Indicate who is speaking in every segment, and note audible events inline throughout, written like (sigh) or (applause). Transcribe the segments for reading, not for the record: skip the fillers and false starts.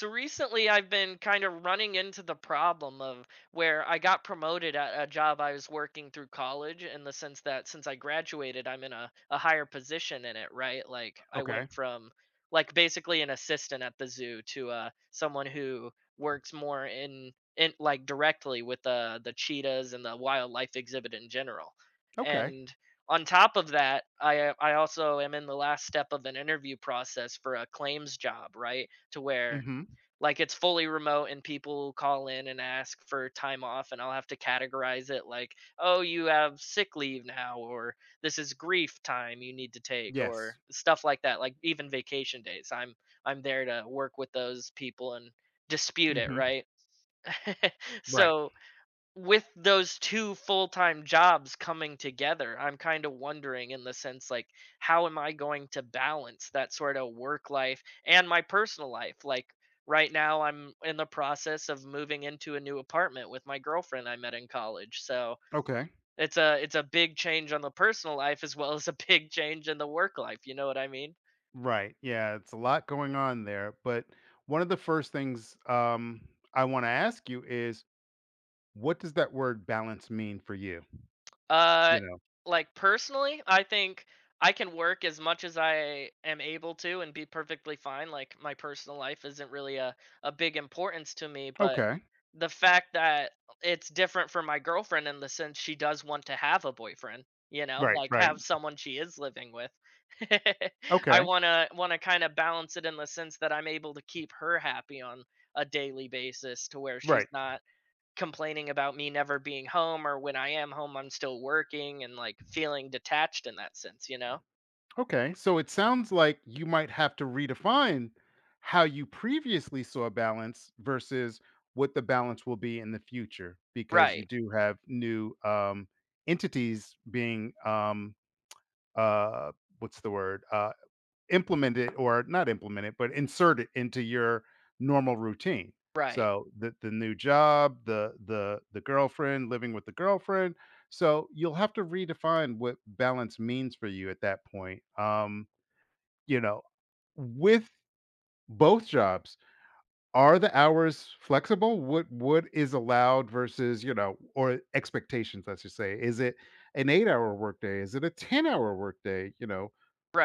Speaker 1: So recently, I've been kind of running into the problem of where I got promoted at a job I was working through college in the sense that since I graduated, I'm in a higher position in it, right? Like, I
Speaker 2: Okay.
Speaker 1: went from like basically an assistant at the zoo to someone who works more in like directly with the cheetahs and the wildlife exhibit in general.
Speaker 2: Okay.
Speaker 1: And on top of that, I also am in the last step of an interview process for a claims job, right? To where
Speaker 2: Mhm.
Speaker 1: like, it's fully remote and people call in and ask for time off, and I'll have to categorize it like, "Oh, you have sick leave now," or "This is grief time you need to take,"
Speaker 2: Yes.
Speaker 1: or stuff like that, like even vacation days. I'm there to work with those people and dispute it,
Speaker 2: Mhm.
Speaker 1: right? (laughs)
Speaker 2: Right.
Speaker 1: So with those 2 full-time jobs coming together, I'm kinda wondering in the sense, like, how am I going to balance that sort of work life and my personal life? Like, right now, I'm in the process of moving into a new apartment with my girlfriend I met in college, so
Speaker 2: Okay.
Speaker 1: it's a big change on the personal life as well as a big change in the work life, you know what I mean?
Speaker 2: Right. Yeah, it's a lot going on there, but one of the first things, I wanna ask you is, what does that word balance mean for you?
Speaker 1: Uh,
Speaker 2: You know?
Speaker 1: like personally, I think I can work as much as I am able to and be perfectly fine. Like my personal life isn't really a big importance to me, but
Speaker 2: Okay.
Speaker 1: the fact that it's different for my girlfriend in the sense she does want to have a boyfriend, you know,
Speaker 2: Right,
Speaker 1: like
Speaker 2: right.
Speaker 1: have someone she is living with. (laughs) I
Speaker 2: Okay.
Speaker 1: want to want to kind of balance it in the sense that I'm able to keep her happy on a daily basis to where she's
Speaker 2: Right.
Speaker 1: not complaining about me never being home or when I am home I'm still working and like feeling detached in that sense, you know?
Speaker 2: Okay. So it sounds like you might have to redefine how you previously saw balance versus what the balance will be in the future because you
Speaker 1: Right.
Speaker 2: do have new, entities being, uh what's the word, implement it or not implement it but insert it into your normal routine.
Speaker 1: Right.
Speaker 2: So the new job, the girlfriend, living with the girlfriend. So you'll have to redefine what balance means for you at that point, you know with both jobs. Are the hours flexible? What is allowed versus, or expectations, let's just say. Is it an 8-hour workday? Is it a 10-hour workday? You know,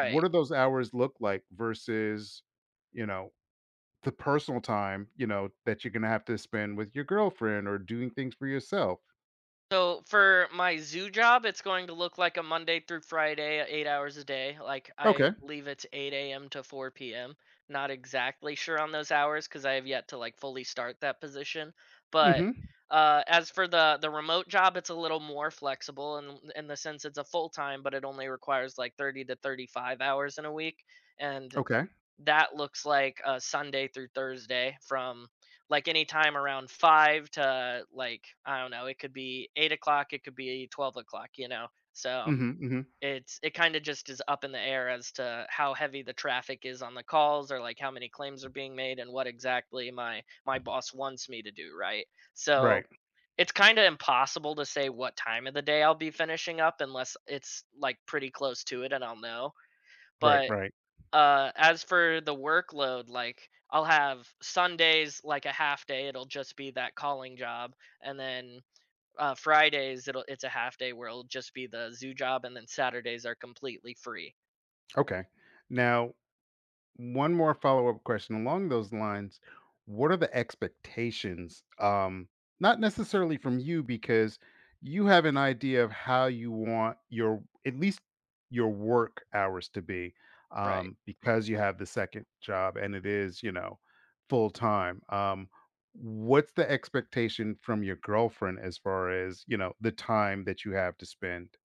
Speaker 2: what do those hours look like versus, you know, the personal time, that you're gonna have to spend with your girlfriend or doing things for yourself?
Speaker 1: So for my zoo job, it's going to look like a Monday through Friday, 8 hours a day. Like I
Speaker 2: Okay.
Speaker 1: believe it's 8 a.m. to 4 p.m. Not exactly sure on those hours because I have yet to like fully start that position. But
Speaker 2: Mhm.
Speaker 1: as for the remote job, it's a little more flexible in the sense it's a full time, but it only requires like 30 to 35 hours in a week. And
Speaker 2: Okay.
Speaker 1: that looks like, Sunday through Thursday from, like, any time around 5 to, like, I don't know, it could be 8 o'clock. It could be 12 o'clock. You know? So,
Speaker 2: Mhm, mhm.
Speaker 1: it's it kinda just is up in the air as to how heavy the traffic is on the calls or, like, how many claims are being made and what exactly my my boss wants me to do, right? So,
Speaker 2: Right.
Speaker 1: it's kinda impossible to say what time of the day I'll be finishing up unless it's, like, pretty close to it and I'll know,
Speaker 2: Right,
Speaker 1: but
Speaker 2: right.
Speaker 1: as for the workload, like I'll have Sundays like a half day, it'll just be that calling job, and then Fridays it's a half day where it'll just be the zoo job, and then Saturdays are completely free.
Speaker 2: Okay. Now, one more follow-up question along those lines. What are the expectations, not necessarily from you because you have an idea of how you want your, at least your work hours, to be,
Speaker 1: Right.
Speaker 2: because you have the second job and it is full time. What's the expectation from your girlfriend as far as the time that you have to spend?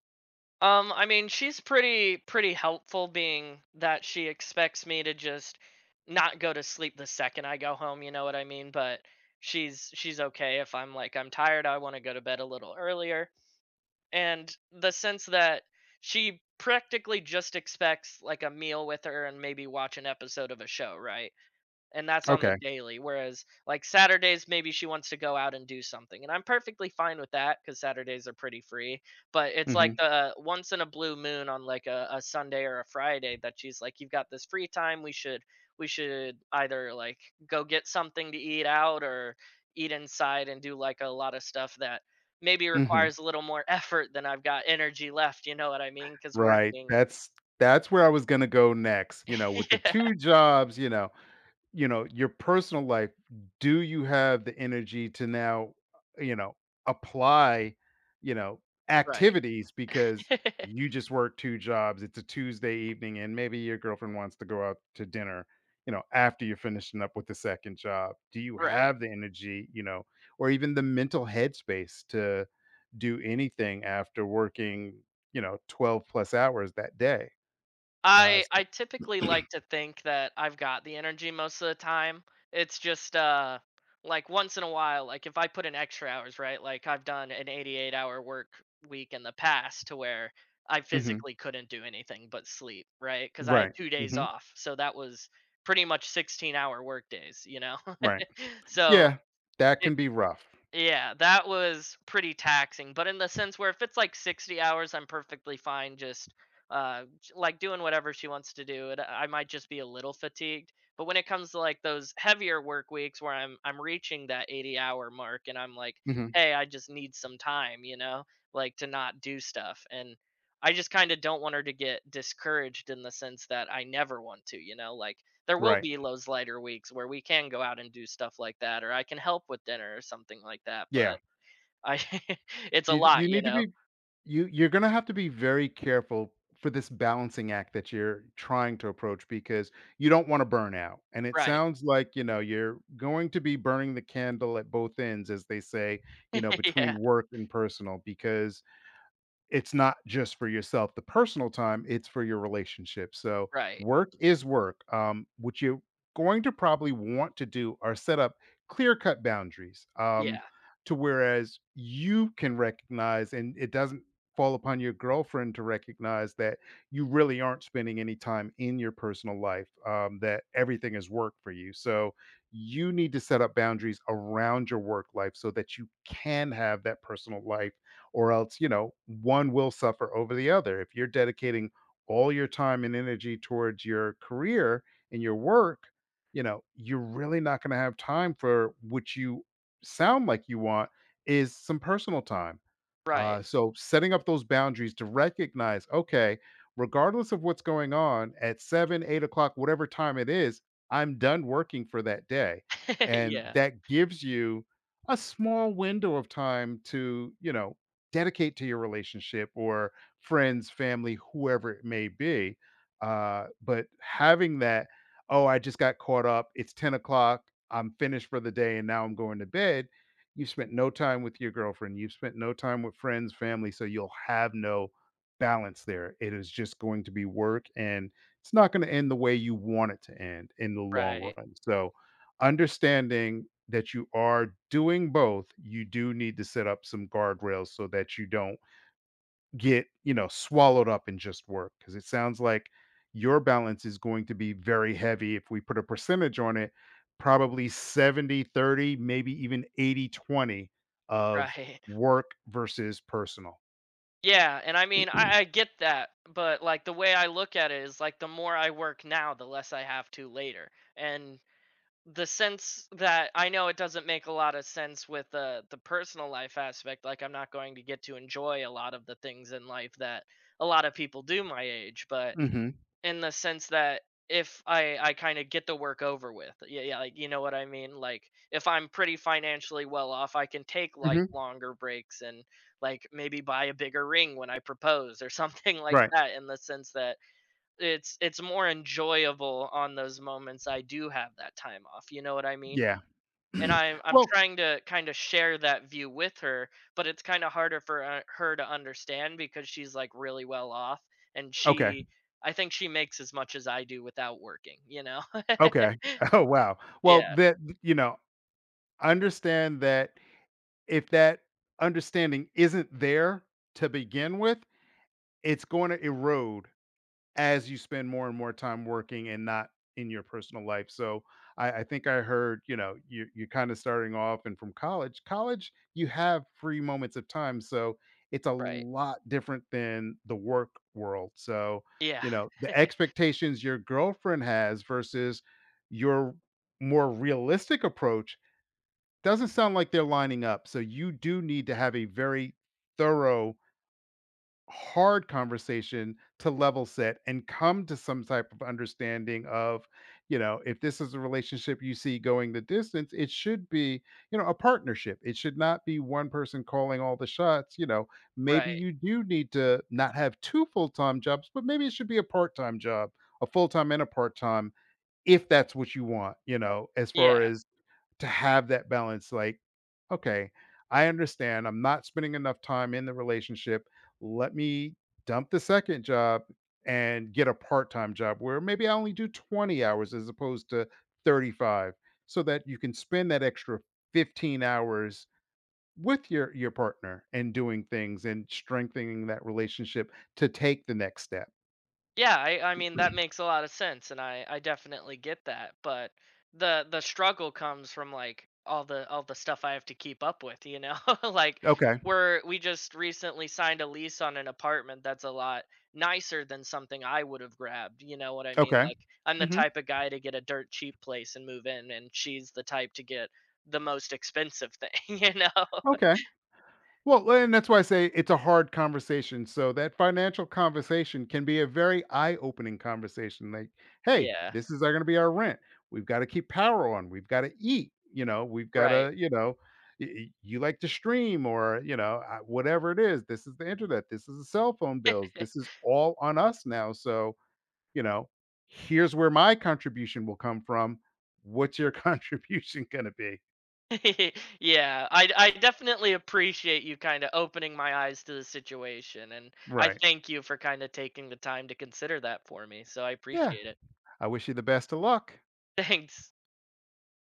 Speaker 1: I mean, she's pretty helpful, being that she expects me to just not go to sleep the second I go home. You know what I mean? But she's okay if I'm like I'm tired, I want to go to bed a little earlier. And the sense that she practically just expects like a meal with her and maybe watch an episode of a show, right? And that's on the
Speaker 2: Okay.
Speaker 1: daily. Whereas like Saturdays, maybe she wants to go out and do something, and I'm perfectly fine with that because Saturdays are pretty free. But it's like
Speaker 2: Mhm,
Speaker 1: the once in a blue moon on like a Sunday or a Friday that she's like, "You've got this free time. We should either like go get something to eat out or eat inside and do like a lot of stuff that." Maybe
Speaker 2: mhm.
Speaker 1: requires a little more (laughs) effort than I've got energy left. You know what I mean? Because
Speaker 2: Right,
Speaker 1: working,
Speaker 2: that's where I was gonna go next,
Speaker 1: (laughs)
Speaker 2: with the
Speaker 1: yeah,
Speaker 2: 2 jobs, your personal life, do you have the energy to now, uh, you know, apply, you know,
Speaker 1: right,
Speaker 2: activities because
Speaker 1: (laughs)
Speaker 2: you just work two jobs. It's a Tuesday evening and maybe your girlfriend wants to go out to dinner, after you're finishing up with the second job. Do you
Speaker 1: right.
Speaker 2: have the energy, or even the mental headspace to do anything after working, 12 plus hours that day? Uh,
Speaker 1: I
Speaker 2: so-
Speaker 1: typically
Speaker 2: (clears throat)
Speaker 1: like to think that I've got the energy most of the time. It's just like once in a while, like if I put in extra hours, right? Like I've done an 88-hour work week in the past to where I
Speaker 2: Mhm.
Speaker 1: physically couldn't do anything but sleep, right? Cuz I had
Speaker 2: Right.
Speaker 1: 2 days
Speaker 2: Hmm.
Speaker 1: off. So that was pretty much 16-hour work days, you know.
Speaker 2: Right.
Speaker 1: (laughs) So
Speaker 2: Yeah, that can be rough.
Speaker 1: yeah, that was pretty taxing, but in the sense where if it's like 60 hours, I'm perfectly fine just like doing whatever she wants to do. And I might just be a little fatigued. But when it comes to like those heavier work weeks where I'm reaching that 80-hour mark and I'm like,
Speaker 2: Mhm,
Speaker 1: "Hey, I just need some time, you know, like to not do stuff." And I just kind of don't want her to get discouraged in the sense that I never want to, you know, like there will
Speaker 2: right.
Speaker 1: be those lighter weeks where we can go out and do stuff like that, or I can help with dinner or something like that, but
Speaker 2: Yeah,
Speaker 1: I (laughs) it's a
Speaker 2: you you
Speaker 1: lot, you
Speaker 2: need to
Speaker 1: know?
Speaker 2: be you're gonna have to be very careful for this balancing act that you're trying to approach because you don't wanna burn out, and it
Speaker 1: Right.
Speaker 2: sounds like, you're going to be burning the candle at both ends, as they say,
Speaker 1: (laughs) Yeah,
Speaker 2: between work and personal, because it's not just for yourself, the personal time, it's for your relationship. So
Speaker 1: right.
Speaker 2: work is work. What you're going to probably want to do are set up clear cut boundaries,
Speaker 1: Yeah,
Speaker 2: to whereas you can recognize, and it doesn't fall upon your girlfriend to recognize, that you really aren't spending any time in your personal life, that everything is work for you. So you need to set up boundaries around your work life so that you can have that personal life, or else, one will suffer over the other. If you're dedicating all your time and energy towards your career and your work, you're really not going to have time for what you sound like you want is some personal time.
Speaker 1: right.
Speaker 2: So setting up those boundaries to recognize, okay, regardless of what's going on at seven, 8 o'clock, whatever time it is, I'm done working for that day.
Speaker 1: (laughs)
Speaker 2: And
Speaker 1: Yeah,
Speaker 2: that gives you a small window of time to, dedicate to your relationship or friends, family, whoever it may be. But having that, oh, I just got caught up, it's 10 o'clock, I'm finished for the day and now I'm going to bed. You spent no time with your girlfriend. You've spent no time with friends, family. So you'll have no balance there. It is just going to be work, and it's not going to end the way you want it to end in the long
Speaker 1: right,
Speaker 2: run. So, understanding that you are doing both, you do need to set up some guardrails so that you don't get, swallowed up in just work. Because it sounds like your balance is going to be very heavy. If we put a percentage on it, probably 70-30, maybe even 80-20 of
Speaker 1: right.
Speaker 2: work versus personal.
Speaker 1: Yeah, and I mean, I get that, but, like, the way I look at it is, like, the more I work now, the less I have to later, and the sense that I know it doesn't make a lot of sense with the personal life aspect. Like I'm not going to get to enjoy a lot of the things in life that a lot of people do my age, but
Speaker 2: Hmm,
Speaker 1: in the sense that if I kind of get the work over with, yeah, yeah, like you know what I mean. Like if I'm pretty financially well off, I can take like
Speaker 2: hmm.
Speaker 1: longer breaks and like maybe buy a bigger ring when I propose or (laughs) something like
Speaker 2: Right.
Speaker 1: that. In the sense that it's more enjoyable on those moments I do have that time off, you know what I mean?
Speaker 2: Yeah.
Speaker 1: And I'm
Speaker 2: (clears throat)
Speaker 1: I'm
Speaker 2: Well,
Speaker 1: trying to kind of share that view with her, but it's kind of harder for her to understand because she's like really well off and
Speaker 2: okay.
Speaker 1: she I think she makes as much as I do without working, you know? (laughs)
Speaker 2: Okay. (laughs) Oh, wow. Well,
Speaker 1: Yeah,
Speaker 2: that, you know, understand that. If that understanding isn't there to begin with, it's going to erode as you spend more and more time working and not in your personal life. So I think I heard, you're kind of starting off and from college. College, you have free moments of time. So it's a
Speaker 1: right.
Speaker 2: lot different than the work world. So,
Speaker 1: Yeah,
Speaker 2: the expectations your girlfriend has versus your more realistic approach doesn't sound like they're lining up. So you do need to have a very thorough, hard conversation to level set and come to some type of understanding of, if this is a relationship you see going the distance, it should be, a partnership. It should not be one person calling all the shots. Maybe
Speaker 1: right.
Speaker 2: you do need to not have two full time jobs, but maybe it should be a part time job, a full time and a part time, if that's what you want, as far
Speaker 1: Yeah.
Speaker 2: as to have that balance, like, okay, I understand I'm not spending enough time in the relationship. Let me dump the second job and get a part time job where maybe I only do 20 hours as opposed to 35 so that you can spend that extra 15 hours with your partner and doing things and strengthening that relationship to take the next step.
Speaker 1: Yeah, I mean that makes a lot of sense, and I definitely get that. But the struggle comes from like all the stuff I have to keep up with, you know. (laughs) Like
Speaker 2: Okay.
Speaker 1: we just recently signed a lease on an apartment that's a lot nicer than something I would have grabbed. You know what I mean?
Speaker 2: Okay.
Speaker 1: Like I'm the
Speaker 2: Hmm.
Speaker 1: type of guy to get a dirt cheap place and move in, and she's the type to get the most expensive thing. (laughs) You know?
Speaker 2: Okay. Well, and that's why I say it's a hard conversation. So that financial conversation can be a very eye-opening conversation. Like, hey,
Speaker 1: Yeah.
Speaker 2: this is going to be our rent. We've got to keep power on. We've got to eat. We've got
Speaker 1: Right.
Speaker 2: to, you like to stream or, whatever it is. This is the internet. This is the cell phone bills. This is all on us now. So, you know, here's where my contribution will come from. What's your (laughs) contribution going to be?
Speaker 1: (laughs) Yeah, I definitely appreciate you kind of opening my eyes to the situation, and I
Speaker 2: Right.
Speaker 1: thank you for kind of taking the time to consider that for me. So I
Speaker 2: Yeah.
Speaker 1: appreciate it.
Speaker 2: I wish you the best of luck.
Speaker 1: (laughs) Thanks.